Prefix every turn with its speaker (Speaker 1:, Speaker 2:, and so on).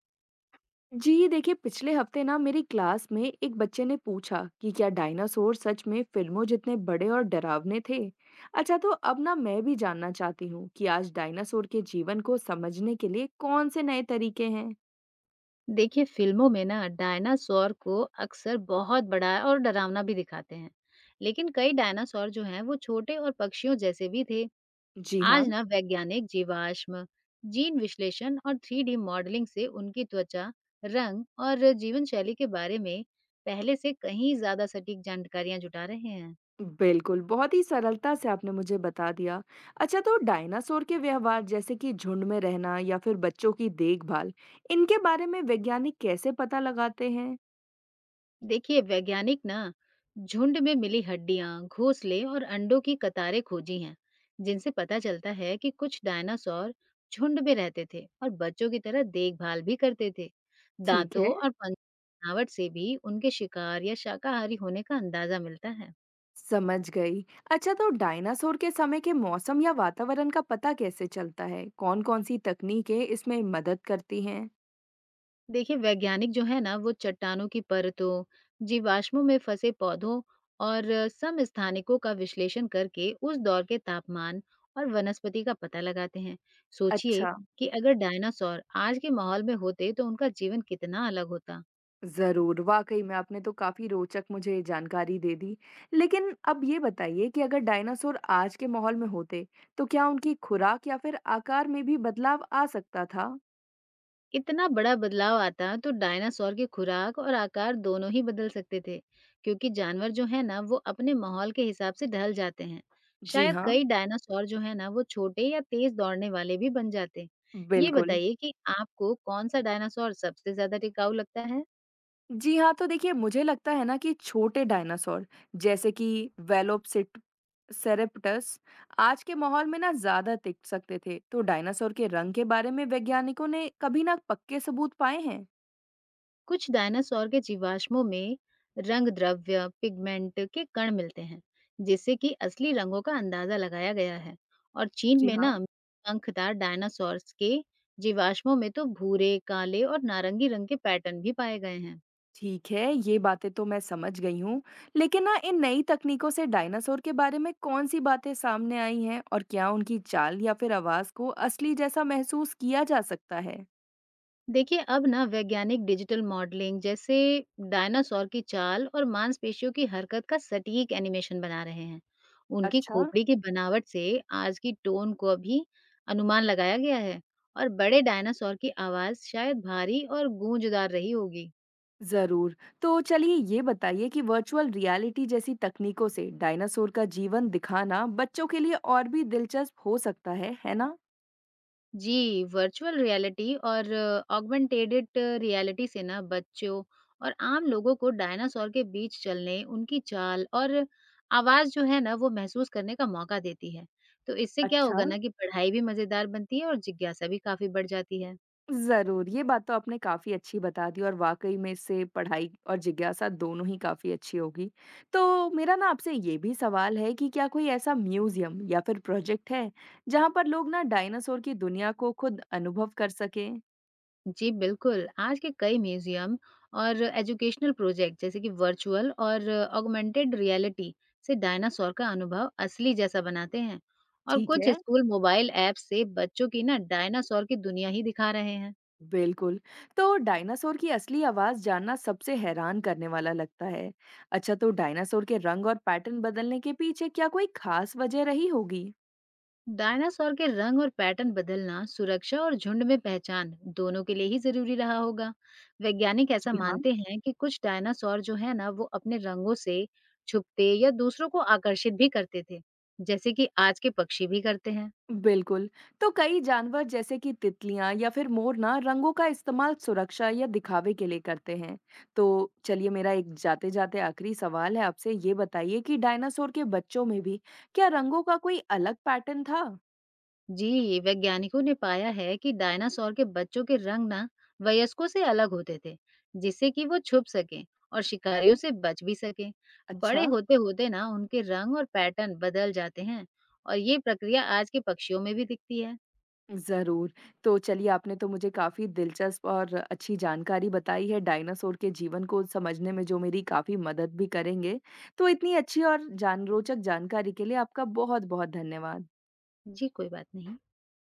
Speaker 1: जी देखिए, पिछले हफ्ते ना मेरी क्लास में एक बच्चे ने पूछा कि क्या डायनासोर सच में फिल्मों जितने बड़े और डरावने थे। अच्छा, तो अब ना मैं भी जानना चाहती हूँ कि आज डायनासोर के जीवन को समझने के लिए कौन से नए तरीके हैं।
Speaker 2: देखिए फिल्मों में ना डायनासोर को अक्सर बहुत बड़ा और डरावना भी दिखाते हैं। लेकिन कई डायनासोर जो हैं वो छोटे और पक्षियों जैसे भी थे।
Speaker 1: जी हाँ।
Speaker 2: आज ना वैज्ञानिक जीवाश्म, जीन विश्लेषण और थ्री डी मॉडलिंग से उनकी त्वचा, रंग और जीवन शैली के बारे में पहले से कहीं ज्यादा सटीक जानकारियां जुटा रहे हैं।
Speaker 1: बिल्कुल, बहुत ही सरलता से आपने मुझे बता दिया। अच्छा, तो डायनासोर के व्यवहार जैसे कि झुंड में रहना या फिर बच्चों की देखभाल, इनके बारे में वैज्ञानिक कैसे पता लगाते हैं?
Speaker 2: देखिए वैज्ञानिक ना झुंड में मिली हड्डियां, घोंसले और अंडों की कतारें खोजी हैं, जिनसे पता चलता है कि कुछ डायनासोर झुंड में रहते थे और बच्चों की तरह देखभाल भी करते थे।
Speaker 1: ठीक
Speaker 2: दांतों
Speaker 1: है,
Speaker 2: और पंख की बनावट से भी उनके शिकार या शाकाहारी होने का अंदाजा मिलता है।
Speaker 1: समझ गई। अच्छा, तो डायनासोर के समय के मौसम या वातावरण का पता कैसे चलता है? कौन-कौन सी तकनीकें इसमें मदद करती हैं?
Speaker 2: देखिए वैज्ञानिक जो है ना वो चट्टानों की परतों, जीवाश्मों में फंसे पौधों और समस्थानिकों का विश्लेषण करके उस दौर के तापमान और वनस्पति का पता लगाते हैं। सोचिए
Speaker 1: अच्छा,
Speaker 2: कि अगर डायनासोर आज के माहौल में होते तो उनका जीवन कितना अलग होता।
Speaker 1: ज़रूर। वाक़ई में आपने तो काफ़ी रोचक मुझे जानकारी दे दी। लेकिन अब ये बताइए कि अगर डायनासोर आज के माहौल में होते, तो क्या उनकी खुराक या फिर आकार में भी बदलाव आ सकता था?
Speaker 2: इतना बड़ा बदलाव आता तो डायनासोर की खुराक और आकार दोनों ही बदल सकते थे, क्योंकि जानवर जो है ना वो अपने माहौल के हिसाब से ढल जाते हैं।
Speaker 1: जी
Speaker 2: शायद
Speaker 1: हाँ।
Speaker 2: कई डायनासोर जो है ना वो छोटे या तेज दौड़ने वाले भी बन जाते। ये
Speaker 1: बिल्कुल।
Speaker 2: बताइए कि आपको कौन सा डायनासोर सबसे ज्यादा टिकाऊ लगता है।
Speaker 1: जी हाँ, तो देखिए, मुझे लगता है ना कि छोटे डायनासोर जैसे कि वेलोसिट सेरेप्टस आज के माहौल में ना ज्यादा टिक सकते थे। तो डायनासोर के रंग के बारे में वैज्ञानिकों ने कभी ना पक्के सबूत पाए हैं?
Speaker 2: कुछ डायनासोर के जीवाश्मों में रंग द्रव्य पिगमेंट के कण मिलते हैं, जिससे कि असली रंगों का अंदाजा लगाया गया है। और चीन
Speaker 1: जी
Speaker 2: में
Speaker 1: हाँ।
Speaker 2: ना पंखदार डायनासोर्स के जीवाश्मों में तो भूरे, काले और नारंगी रंग के पैटर्न भी पाए गए हैं।
Speaker 1: ठीक है, ये बातें तो मैं समझ गई हूँ, लेकिन ना इन नई तकनीकों से डायनासोर के बारे में कौन सी बातें सामने आई हैं, और क्या उनकी चाल या फिर आवाज को असली जैसा महसूस किया जा सकता है?
Speaker 2: देखिए, अब ना वैज्ञानिक डिजिटल मॉडलिंग जैसे डायनासोर की चाल और मांसपेशियों की हरकत का सटीक एनिमेशन बना रहे हैं। उनकी
Speaker 1: अच्छा।
Speaker 2: खोपड़ी की बनावट से आज की टोन को भी अनुमान लगाया गया है और बड़े डायनासोर की आवाज़ शायद भारी और गूंजदार रही होगी।
Speaker 1: जरूर, तो चलिए ये बताइए कि वर्चुअल रियलिटी जैसी तकनीकों से डायनासोर का जीवन दिखाना बच्चों के लिए और भी दिलचस्प हो सकता है ना?
Speaker 2: जी, वर्चुअल रियलिटी और ऑगमेंटेडेड रियलिटी से ना बच्चों और आम लोगों को डायनासोर के बीच चलने, उनकी चाल और आवाज़ जो है ना, वो महसूस करने का मौका देती है। तो इससे क्या
Speaker 1: अच्छा,
Speaker 2: होगा ना कि पढ़ाई भी मज़ेदार बनती है और जिज्ञासा भी काफ़ी बढ़ जाती है।
Speaker 1: जरूर, ये बात तो आपने काफी अच्छी बता दी और वाकई में इससे पढ़ाई और जिज्ञासा दोनों ही काफी अच्छी होगी। तो मेरा ना आपसे ये भी सवाल है कि क्या कोई ऐसा म्यूजियम या फिर प्रोजेक्ट है जहाँ पर लोग ना डायनासोर की दुनिया को खुद अनुभव कर सकें?
Speaker 2: जी, बिल्कुल। आज के कई म्यूज़ियम और एजुकेशनल प्रोजेक्ट जैसे कि वर्चुअल और ऑगमेंटेड रियलिटी से डायनासोर का अनुभव असली जैसा बनाते हैं। और
Speaker 1: ठीक
Speaker 2: कुछ
Speaker 1: है।
Speaker 2: स्कूल मोबाइल ऐप से बच्चों की ना डायनासोर की दुनिया ही दिखा रहे हैं।
Speaker 1: बिल्कुल। तो डायनासोर की असली आवाज़ जानना सबसे हैरान करने वाला लगता है। अच्छा, तो डायनासोर के रंग और पैटर्न बदलने के पीछे क्या कोई खास वजह रही होगी?
Speaker 2: डायनासोर के रंग और पैटर्न बदलना सुरक्षा और झुंड में पहचान दोनों के लिए ही जरूरी रहा होगा। वैज्ञानिक ऐसा
Speaker 1: जी हाँ।
Speaker 2: मानते हैं कि कुछ डायनासोर जो है ना वो अपने रंगों से छुपते या दूसरों को आकर्षित भी करते थे, जैसे कि आज के पक्षी भी करते हैं।
Speaker 1: बिल्कुल। तो कई जानवर जैसे कि तितलियां या फिर मोर ना रंगों का इस्तेमाल सुरक्षा या दिखावे के लिए करते हैं। तो चलिए, मेरा एक जाते जाते आखिरी सवाल है आपसे, ये बताइए कि डायनासोर के बच्चों में भी क्या रंगों का कोई अलग पैटर्न था?
Speaker 2: जी, वैज्ञानिकों ने पाया है कि डायनासोर के बच्चों के रंग ना वयस्कों से अलग होते थे, जिससे कि वो छुप सकें और शिकारियों से बच भी सकें।
Speaker 1: अच्छा।
Speaker 2: बड़े होते होते ना उनके रंग और पैटर्न बदल जाते हैं और ये प्रक्रिया आज के पक्षियों में भी दिखती है।
Speaker 1: ज़रूर। तो चलिए, आपने तो मुझे काफ़ी दिलचस्प और अच्छी जानकारी बताई है डायनासोर के जीवन को समझने में, जो मेरी काफ़ी मदद भी करेंगे। तो इतनी अच्छी और जान रोचक जानकारी के लिए आपका बहुत-बहुत धन्यवाद।
Speaker 2: जी, कोई बात नहीं।